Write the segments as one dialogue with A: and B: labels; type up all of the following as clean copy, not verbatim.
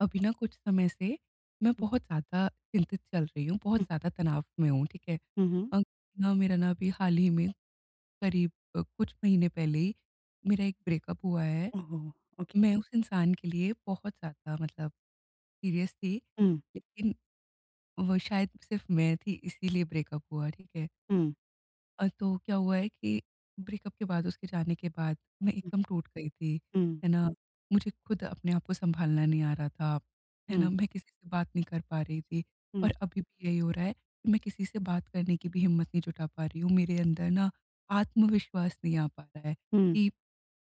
A: अभी ना कुछ समय से मैं
B: Mhm.
A: बहुत ज़्यादा चिंतित चल रही हूँ, बहुत ज़्यादा तनाव में हूँ, ठीक है।
B: Mhm.
A: अ, ना मेरा ना अभी हाल ही में करीब कुछ महीने पहले ही मेरा एक ब्रेकअप हुआ है।
B: Oh, okay.
A: मैं उस इंसान के लिए बहुत ज़्यादा मतलब सीरियस थी,
B: Mhm.
A: लेकिन वो शायद सिर्फ़ मैं थी इसीलिए ब्रेकअप हुआ, ठीक है।
B: Mhm.
A: तो क्या हुआ है कि ब्रेकअप के बाद उसके जाने के बाद मैं एकदम टूट गई थी,
B: Mhm.
A: है ना? मुझे खुद अपने आप को सँभालना नहीं आ रहा था, है ना?
B: Mhm.
A: मैं किसी से बात नहीं कर पा रही थी और
B: Mhm.
A: अभी भी यही हो रहा है कि मैं किसी से बात करने की भी हिम्मत नहीं जुटा पा रही हूँ। मेरे अंदर ना आत्मविश्वास नहीं आ पा रहा है
B: Mhm.
A: कि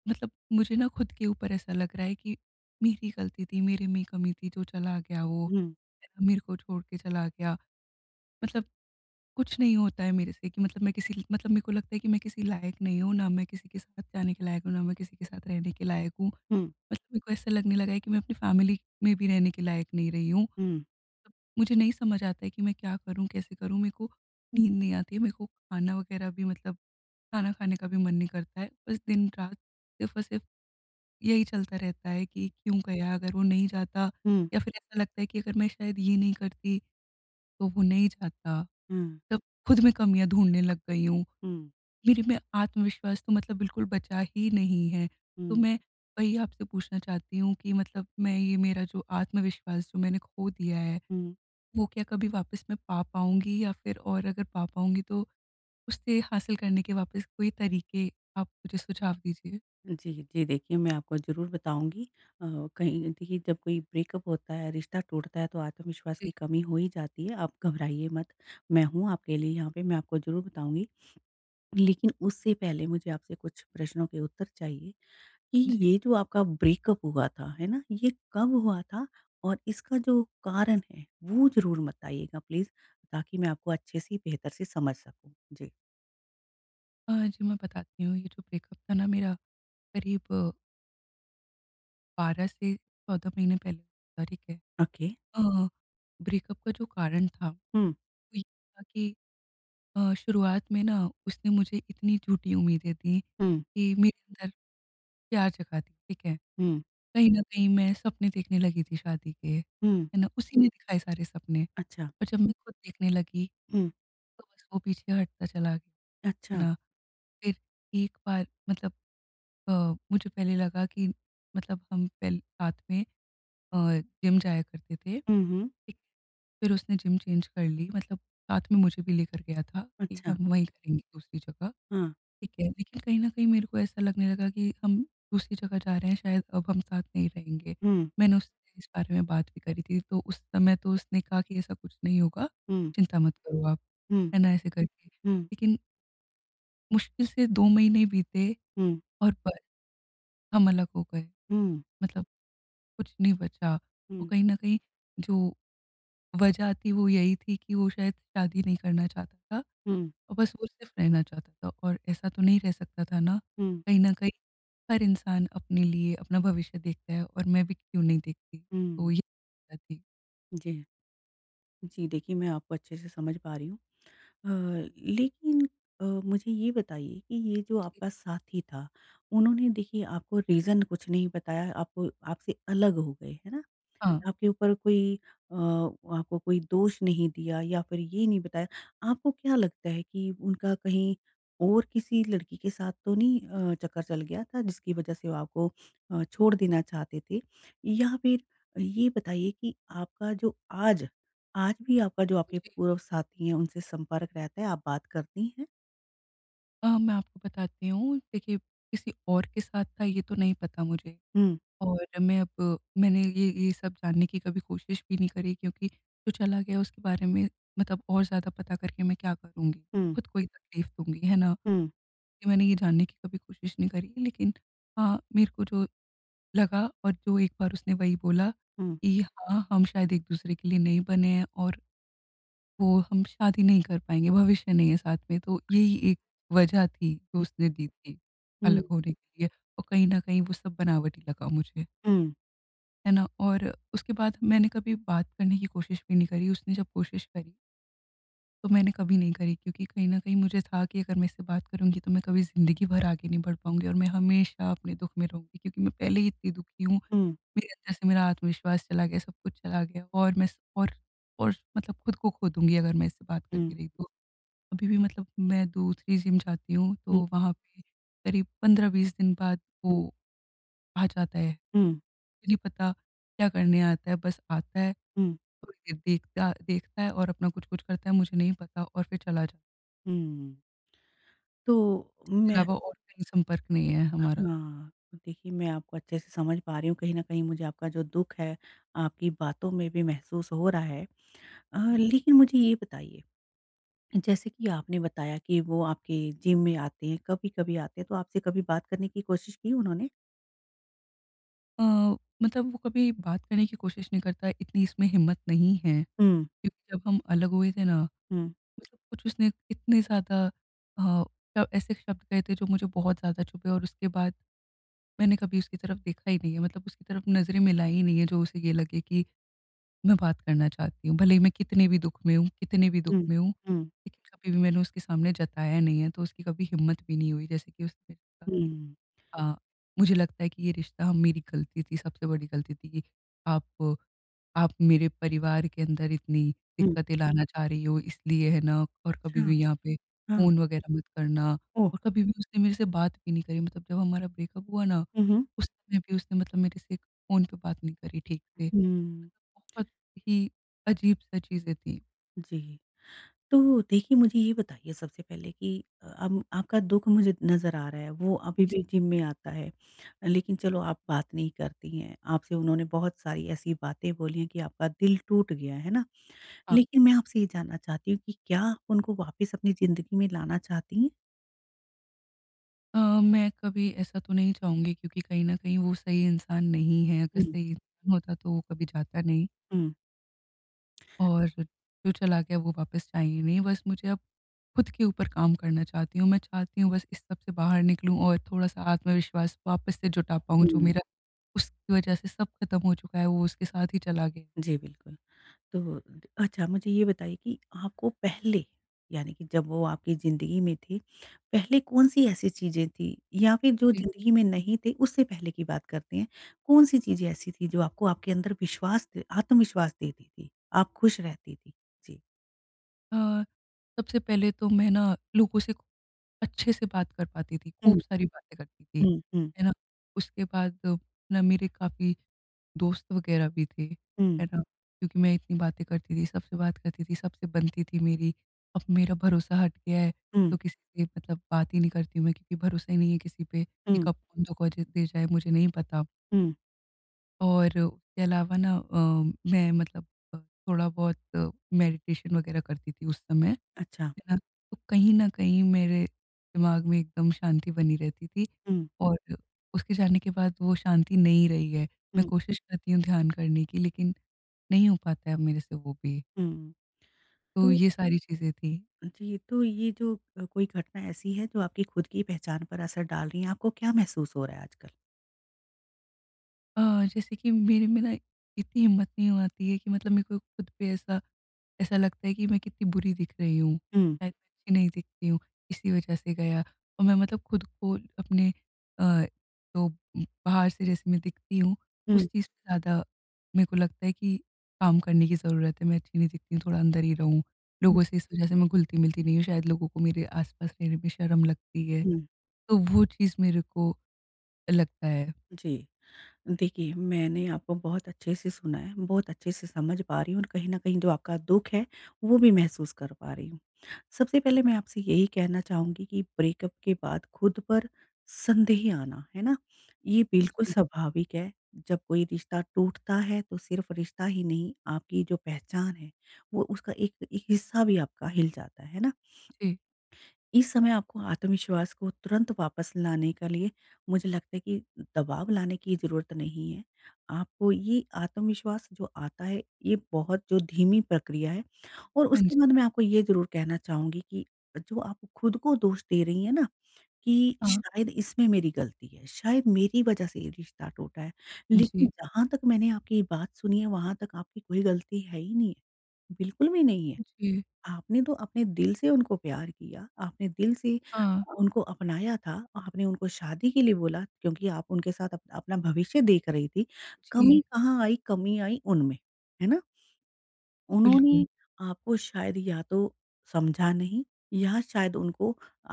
A: मतलब मुझे ना खुद के ऊपर ऐसा लग रहा है कि मेरी गलती थी, मेरे में कमी थी, जो चला गया वो,
B: Mhm.
A: है ना? मेरे को छोड़ के चला गया। मतलब कुछ नहीं होता है मेरे से कि मतलब मैं किसी मतलब मेरे को लगता है कि मैं किसी लायक नहीं हूँ, ना मैं किसी के साथ जाने के लायक हूँ, ना मैं किसी के साथ रहने के लायक हूँ।
B: Mhm.
A: मतलब मेरे को ऐसा लगने लगा है कि मैं अपनी फैमिली में भी रहने के लायक नहीं रही हूँ।
B: Mhm.
A: मुझे नहीं समझ आता है कि मैं क्या करूँ, कैसे करूँ? मेरे को नींद नहीं आती है, मेरे को खाना वग़ैरह भी मतलब खाना खाने का भी मन नहीं करता है। बस दिन-रात सिर्फ़ और सिर्फ़ यही चलता रहता है कि क्यों गया? अगर वो नहीं जाता
B: Mhm.
A: या फिर ऐसा लगता है कि अगर मैं शायद ये नहीं करती, तो वो नहीं जाता।
B: Mhm.
A: तब खुद में कमियाँ ढूँढने लग गई हूँ।
B: Mhm.
A: मेरे में आत्मविश्वास तो मतलब बिल्कुल बचा ही नहीं है। तो
B: Mhm.
A: मैं वही आपसे पूछना चाहती हूँ कि मतलब मैं ये मेरा जो आत्मविश्वास जो मैंने खो दिया है,
B: mhm।
A: वो क्या कभी वापस मैं पा पाऊँगी या फिर और अगर पा पाऊँगी तो उससे हासिल करने के वापस कोई तरीके आप मुझे सुझाव दीजिए?
B: जी, जी, देखिए मैं आपको ज़रूर बताऊँगी। अ, कहीं देखिए जब कोई ब्रेकअप होता है, रिश्ता टूटता है तो आत्मविश्वास
A: जी,
B: की कमी हो ही जाती है। आप घबराइए मत, मैं हूँ आपके लिए यहाँ पे, मैं आपको ज़रूर बताऊँगी। लेकिन उससे पहले मुझे आपसे कुछ प्रश्नों के उत्तर चाहिए। कि
A: जी।
B: ये जो आपका ब्रेकअप हुआ था, है ना? ये कब हुआ था और इसका जो कारण है, वो ज़रूर बताइएगा प्लीज़ ताकि मैं आपको अच्छे से, बेहतर से समझ सकूँ। जी।
A: जी मैं बताती हूँ ये जो ब्रेकअप था ना मेरा करीब 12 से 14 महीने पहले हुआ था, ठीक है?
B: ओके।
A: अ, ब्रेकअप का जो कारण था, वो
B: हुँ,
A: ये था कि शुरुआत में ना उसने मुझे इतनी झूठी उम्मीदें दी
B: हुँ,
A: कि मेरे अंदर प्यार जगा दी, ठीक है?
B: हुँ,
A: कहीं न कहीं मैं सपने देखने लगी थी शादी के,
B: हुँ।
A: है ना? उसी ने दिखाए सारे सपने
B: अच्छा,
A: और जब मैं खुद देखने लगी
B: हुँ,
A: तो बस वो पीछे हटता चला गया, है
B: अच्छा।
A: ना? फिर एक बार मतलब अ, मुझे पहले लगा कि मतलब हम पहले साथ में अ, जिम जाया करते थे,
B: हुँ, हुँ,
A: ठीक? फिर उसने जिम चेंज कर ली मतलब साथ में मुझे भी लेकर गया था कि
B: अच्छा।
A: हम वहीं करेंगे दूसरी जगह।
B: हाँ।
A: ठीक है, लेकिन कहीं न कहीं मेरे को ऐसा लगने लगा कि हम दूसरी जगह जा रहे हैं, शायद अब हम साथ नहीं रहेंगे।
B: हुँ,
A: मैंने उससे इस बारे में बात भी करी थी, तो उस समय तो उसने कहा कि ऐसा कुछ नहीं होगा,
B: हुँ,
A: चिंता मत करो आप,
B: हुँ,
A: है ना? ऐसे करके।
B: हुँ, हुँ,
A: लेकिन मुश्किल से 2 महीने बीते
B: हुँ,
A: और बस हम अलग हो गए,
B: हुँ,
A: मतलब कुछ नहीं बचा और कहीं न कहीं जो वजह थी वो यही थी कि वो शायद शादी नहीं करना चाहता था
B: हुँ,
A: और बस वो सिर्फ रहना चाहता था और ऐसा तो नहीं रह सकता था ना,
B: हुँ,
A: कहीं न कहीं हर इंसान अपने लिए अपना भविष्य देखता है और मैं भी क्यों नहीं देखती, तो
B: हुँ।
A: ये बात थी।
B: जी। जी, देखिए मैं आपको अच्छे से समझ पा रही हूँ। अ, लेकिन मुझे ये बताइए कि ये जो
A: जी,
B: आपका साथी था, उन्होंने देखिए आपको रीज़न कुछ नहीं बताया, आपको आपसे अलग हो गए, है ना?
A: हाँ,
B: आपके ऊपर कोई आपको कोई दोष नहीं दिया या फिर ये नहीं बताया। आपको क्या लगता है कि उनका कहीं और किसी लड़की के साथ तो नहीं चक्कर चल गया था जिसकी वज़ह से वो आपको छोड़ देना चाहते थे? या फिर ये बताइए कि आपका जो आज आज भी आपका जो आपके
A: जी।
B: पूर्व साथी हैं, उनसे संपर्क रहता है, आप बात करती हैं?
A: मैं आपको बताती हूँ, देखिए किसी और के साथ था ये तो नहीं पता मुझे
B: हुँ,
A: और मैंने ये सब जानने की कभी कोशिश भी नहीं करी क्योंकि जो चला गया उसके बारे में मतलब और ज़्यादा पता करके मैं क्या करूँगी?
B: हुँ,
A: खुद को ही तकलीफ़ दूँगी, है ना?
B: हुँ,
A: कि मैंने ये जानने की कभी कोशिश नहीं करी लेकिन हाँ, मेरे को जो लगा और जो एक बार उसने वही बोला
B: हुँ।
A: कि हाँ, हम शायद एक दूसरे के लिए नहीं बने हैं और वो हम शादी नहीं कर पाएँगे, भविष्य नहीं है साथ में। तो यही
B: अच्छा।
A: एक वजह थी जो
B: हुँ।
A: उसने दी थी
B: हुँ,
A: अलग होने के लिए और कहीं न कहीं वो सब बनावटी लगा मुझे,
B: हुँ,
A: है ना? और उसके बाद मैंने कभी बात करने की कोशिश भी नहीं करी, उसने जब कोशिश करी तो मैंने कभी नहीं करी क्योंकि कहीं न कहीं मुझे था कि अगर मैं इससे बात करूँगी तो मैं कभी ज़िंदगी भर आगे नहीं बढ़ पाऊँगी और मैं हमेशा अपने दुःख में रहूँगी क्योंकि मैं पहले ही इतनी दुखी हूँ।
B: हुँ,
A: मेरे अंदर से मेरा आत्मविश्वास चला गया, सब कुछ चला गया और मैं स और मतलब खुद को खो दूँगी अगर मैं इससे बात करती
B: हुँ,
A: रही तो। अभी भी मतलब मैं दूसरी जिम जाती हूँ
B: हुँ,
A: तो वहाँ पे करीब 15-20 दिन बाद
B: हुँ,
A: वो आ जाता है। मुझे
B: हुँ,
A: नहीं पता क्या करने आता है, बस आता है
B: हुँ,
A: थोड़ी देर देखता देखता है और अपना कुछ-कुछ करता है, मुझे नहीं पता और फिर चला जाता है।
B: हुँ। तो
A: इसके
B: मैं
A: अलावा और कहीं संपर्क नहीं है हमारा।
B: हाँ, देखिए मैं आपको अच्छे से समझ पा रही हूँ, कहीं न कहीं मुझे आपका जो दुःख है, आपकी बातों में भी महसूस हो रहा है। लेकिन मुझे ये बताइए, जैसे कि आपने बताया कि वो आपके जिम में आते हैं, कभी-कभी आते हैं, तो आपसे कभी बात करने की कोशिश की उन्होंने?
A: अ, मतलब वो कभी बात करने की कोशिश नहीं करता, इतनी इसमें हिम्मत नहीं है
B: हुँ,
A: क्योंकि जब हम अलग हुए थे ना
B: हुँ।
A: मतलब कुछ उसने इतने ज़्यादा अ, ऐसे शब्द कहे थे जो मुझे बहुत ज़्यादा चुभे और उसके बाद मैंने कभी उसकी तरफ देखा ही नहीं है। मतलब उसकी तरफ नज़रें मिलाई ही नहीं है, जो उसे ये लगे कि मैं बात करना चाहती हूँ। भले ही मैं कितने भी दुःख में हूँ कितने भी दुःख
B: हुँ,
A: में हूँ,
B: हुँ,
A: लेकिन कभी भी मैंने उसके सामने जताया नहीं है, तो उसकी कभी हिम्मत भी नहीं हुई। जैसे कि उसने कहा कि
B: हुँ,
A: अ, मुझे लगता है कि ये रिश्ता हम मेरी गलती थी, सबसे बड़ी गलती थी कि आप आप मेरे परिवार के अंदर इतनी
B: हुँ।
A: दिक्कतें लाना चाह रही हो इसलिए है ना और कभी
B: अच्छा,
A: भी यहाँ पे
B: हाँ,
A: फ़ोन वग़ैरह मत करना
B: ओह!
A: और कभी भी उसने मेरे से बात भी नहीं करी मतलब जब हमारा ब्रेकअप हुआ ना,
B: हुँ, हुँ,
A: उस समय भी उसने मतलब मेरे से फ़ोन पे बात नहीं करी ठीक से।
B: हुँ,
A: मतलब बहुत ही अजीब-सा चीज़ें थी।
B: जी। तो देखिए, मुझे ये बताइए सबसे पहले कि अब आपका दुःख मुझे नज़र आ रहा है, वो अभी
A: जी,
B: भी जिम में आता है। लेकिन चलो आप बात नहीं करती हैं, आपसे उन्होंने बहुत सारी ऐसी बातें बोली हैं कि आपका दिल टूट गया, है ना?
A: हाँ।
B: लेकिन मैं आपसे ये जानना चाहती हूँ कि क्या आप उनको वापस अपनी ज़िंदगी में लाना चाहती हैं?
A: अ, मैं कभी ऐसा तो नहीं चाहूँगी क्योंकि कहीं न कहीं वो सही इंसान नहीं है, अगर
B: हुँ,
A: सही इंसान होता तो वो कभी जाता नहीं
B: हुँ,
A: और जो चला गया वो वापस चाहिए नहीं। बस मुझे अब खुद के ऊपर काम करना चाहती हूँ, मैं चाहती हूँ बस इस सब से बाहर निकलूँ और थोड़ा-सा आत्मविश्वास वापस से जुटा पाऊँ जो
B: हुँ।
A: मेरा उसकी वजह से सब खत्म हो चुका है, वो उसके साथ ही चला गया।
B: जी, बिल्कुल। अच्छा मुझे ये बताइए कि आपको पहले यानी कि जब वो आपकी ज़िंदगी में थे, पहले कौन-सी ऐसी चीज़ें थी या फिर जो
A: जी।
B: ज़िंदगी में नहीं थे उससे पहले की बात करते हैं। कौन-सी चीज़ें ऐसी थी जो आपको आपके अंदर विश्वास द आत्मविश्वास देती थी? आप खुश रहती थी? जी।
A: अ, सबसे पहले तो मैं ना लोगों से अच्छे से बात कर पाती थी, खूब
B: हुँ,
A: सारी बातें करती थी,
B: हुँ, हुँ,
A: है ना? उसके बाद ना मेरे काफ़ी दोस्त वग़ैरह भी थे,
B: हुँ,
A: है ना? क्योंकि मैं इतनी बातें करती थी, सबसे बात करती थी, सबसे बनती थी मेरी। अब मेरा भरोसा हट गया है,
B: हुँ,
A: तो किसी से मतलब बात ही नहीं करती हूँ मैं क्योंकि भरोसा ही नहीं है किसी पे कि
B: हुँ,
A: कब कौन धोखा ज दे जाए मुझे नहीं पता।
B: हुँ।
A: और उसके अलावा ना मैं मतलब अ, थोड़ा बहुत मेडिटेशन वग़ैरह करती थी उस समय। है
B: अच्छा।
A: ना, तो कहीं न कहीं मेरे दिमाग में एकदम शांति बनी रहती थी
B: हुँ,
A: और उसके जाने के बाद वो शांति नहीं रही है। मैं
B: हुँ,
A: कोशिश करती हूँ ध्यान करने की लेकिन नहीं हो पाता है मेरे से वो भी।
B: हुँ।
A: तो
B: तो
A: ये सारी चीज़ें थी।
B: जी, तो ये जो कोई घटना ऐसी है जो आपकी खुद की पहचान पर असर डाल रही है, आपको क्या महसूस हो रहा है आजकल?
A: अ, जैसे कि मेरे में ना इतनी हिम्मत नहीं हो आती है कि मतलब मेरे को खुद पे ऐसा ऐसा लगता है कि मैं कितनी बुरी दिख रही हूँ,
B: हुँ,
A: शायद मैं अच्छी नहीं दिखती हूँ, इसी वजह से गया। और मैं मतलब खुद को अपने अ, जो बाहर से जैसे मैं दिखती हूँ, उस
B: हुँ।
A: चीज़ पे ज़्यादा मेरे को लगता है कि काम करने की ज़रूरत है, मैं अच्छी नहीं दिखती हूँ, थोड़ा अंदर ही रहूँ। लोगों से इस वजह से मैं घुलती-मिलती नहीं हूँ, शायद लोगों को मेरे आस-पास रहने में शर्म लगती है,
B: हुँ,
A: तो वो चीज़ मेरे को लगता है।
B: जी। देखिए, मैंने आपको बहुत अच्छे से सुना है, बहुत अच्छे से समझ पा रही हूँ और कहीं न कहीं जो आपका दुःख है, वो भी महसूस कर पा रही हूँ। सबसे पहले मैं आपसे यही कहना चाहूँगी कि ब्रेकअप के बाद खुद पर संदेह आना, है ना? ये बिल्कुल
A: जी,
B: स्वाभाविक है। जब कोई रिश्ता टूटता है, तो सिर्फ़ रिश्ता ही नहीं, आपकी जो पहचान है, वो उसका एक एक हिस्सा भी आपका हिल जाता है ना?
A: जी।
B: इस समय आपको आत्मविश्वास को तुरंत वापस लाने के लिए मुझे लगता है कि दबाव लाने की ज़रूरत नहीं है। आपको ये आत्मविश्वास जो आता है, ये बहुत जो धीमी प्रक्रिया है और
A: हाँ जी,
B: उसके बाद मैं आपको ये ज़रूर कहना चाहूँगी कि जो आप खुद को दोष दे रही हैं ना कि
A: हाँ।
B: शायद इसमें मेरी गलती है, शायद मेरी वज़ह से ये रिश्ता टूटा है। लेकिन
A: जी,
B: जहाँ तक मैंने आपकी बात सुनी है, वहाँ तक आपकी कोई गलती है ही नहीं है, बिल्कुल भी नहीं है।
A: जी।
B: आपने तो अपने दिल से उनको प्यार किया, आपने दिल से
A: हाँ,
B: उनको अपनाया था, आपने उनको शादी के लिए बोला क्योंकि आप उनके साथ अप अपना भविष्य देख रही थी। कमी
A: जी,
B: कहाँ आई, कमी आई उनमें, है ना?
A: बिल्कुल।
B: उन्होंने आपको शायद या तो समझा नहीं या शायद उनको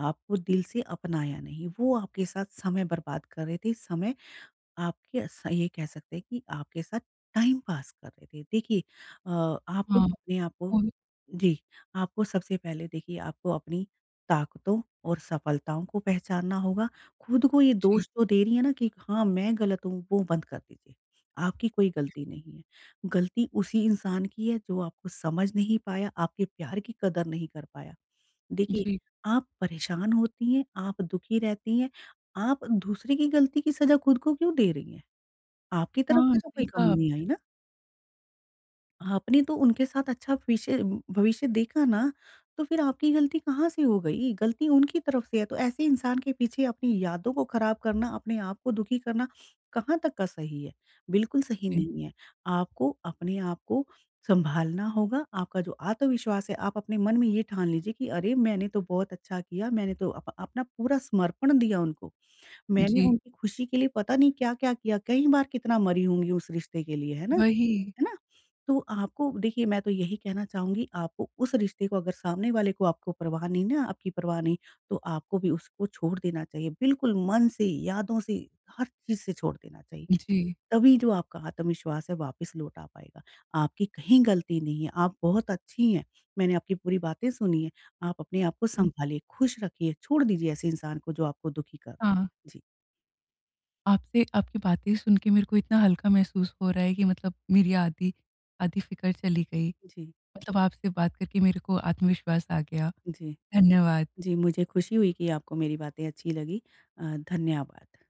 B: आपको दिल से अपनाया नहीं। वो आपके साथ समय बर्बाद कर रहे थे, समय आपके स ये कह सकते हैं कि आपके साथ टाइम पास कर रहे थे। देखिए अ, आपको
A: हाँ,
B: अपने आप को
A: और
B: जी, आपको सबसे पहले देखिए आपको अपनी ताकतों और सफलताओं को पहचानना होगा। खुद को ये
A: जी।
B: दोष जो दे रही है ना कि हाँ, मैं गलत हूँ, वो बंद कर दीजिए। आपकी कोई गलती नहीं है। गलती उसी इंसान की है जो आपको समझ नहीं पाया, आपके प्यार की कदर नहीं कर पाया। देखिए,
A: जी।
B: आप परेशान होती हैं, आप दुखी रहती हैं, आप दूसरे की गलती की सज़ा खुद को क्यों दे रही हैं? आपकी तरफ
A: हाँ,
B: से तो कोई
A: सही कहा
B: कमी नहीं
A: आपने।
B: आई ना। आपने तो उनके साथ अच्छा विषय भविष्य देखा ना, तो फिर आपकी गलती कहाँ से हो गई? गलती उनकी तरफ से है, तो ऐसे इंसान के पीछे अपनी यादों को खराब करना, अपने आप को दुखी करना कहाँ तक का सही है? बिल्कुल सही
A: जी,
B: नहीं है। आपको अपने आप को सँभालना होगा, आपका जो आत्मविश्वास है आप अपने मन में ये ठान लीजिए कि अरे! मैंने तो बहुत अच्छा किया, मैंने तो अप अपना पूरा समर्पण दिया उनको। मैंने
A: जी,
B: उनकी खुशी के लिए पता नहीं क्या-क्या किया, कई बार कितना मरी होंगी उस रिश्ते के लिए, है ना?
A: वही।
B: है ना? तो आपको देखिए मैं तो यही कहना चाहूँगी आपको उस रिश्ते को अगर सामने वाले को आपको परवाह नहीं ना आपकी परवाह नहीं, तो आपको भी उसको छोड़ देना चाहिए। बिल्कुल मन से, यादों से, हर चीज़ से छोड़ देना चाहिए।
A: जी,
B: तभी जो आपका आत्मविश्वास है वापस लौट आ पाएगा। आपकी कहीं गलती नहीं है, आप बहुत अच्छी हैं। मैंने आपकी पूरी बातें सुनी हैं। आप अपने आप को
A: जी,
B: सँभालिए, खुश रखिए, छोड़ दीजिए ऐसे इंसान को जो आपको दुखी कर रहा है।
A: हाँ।
B: जी,
A: आपसे आपकी बातें सुन के मेरे को इतना हल्का महसूस हो रहा है कि मतलब मेरी आधी आधी फ़िक्र चली गई।
B: जी,
A: मतलब आपसे बात करके मेरे को आत्मविश्वास आ गया।
B: जी।
A: धन्यवाद।
B: जी, मुझे खुशी हुई कि आपको मेरी बातें अच्छी लगी। अ, धन्यवाद।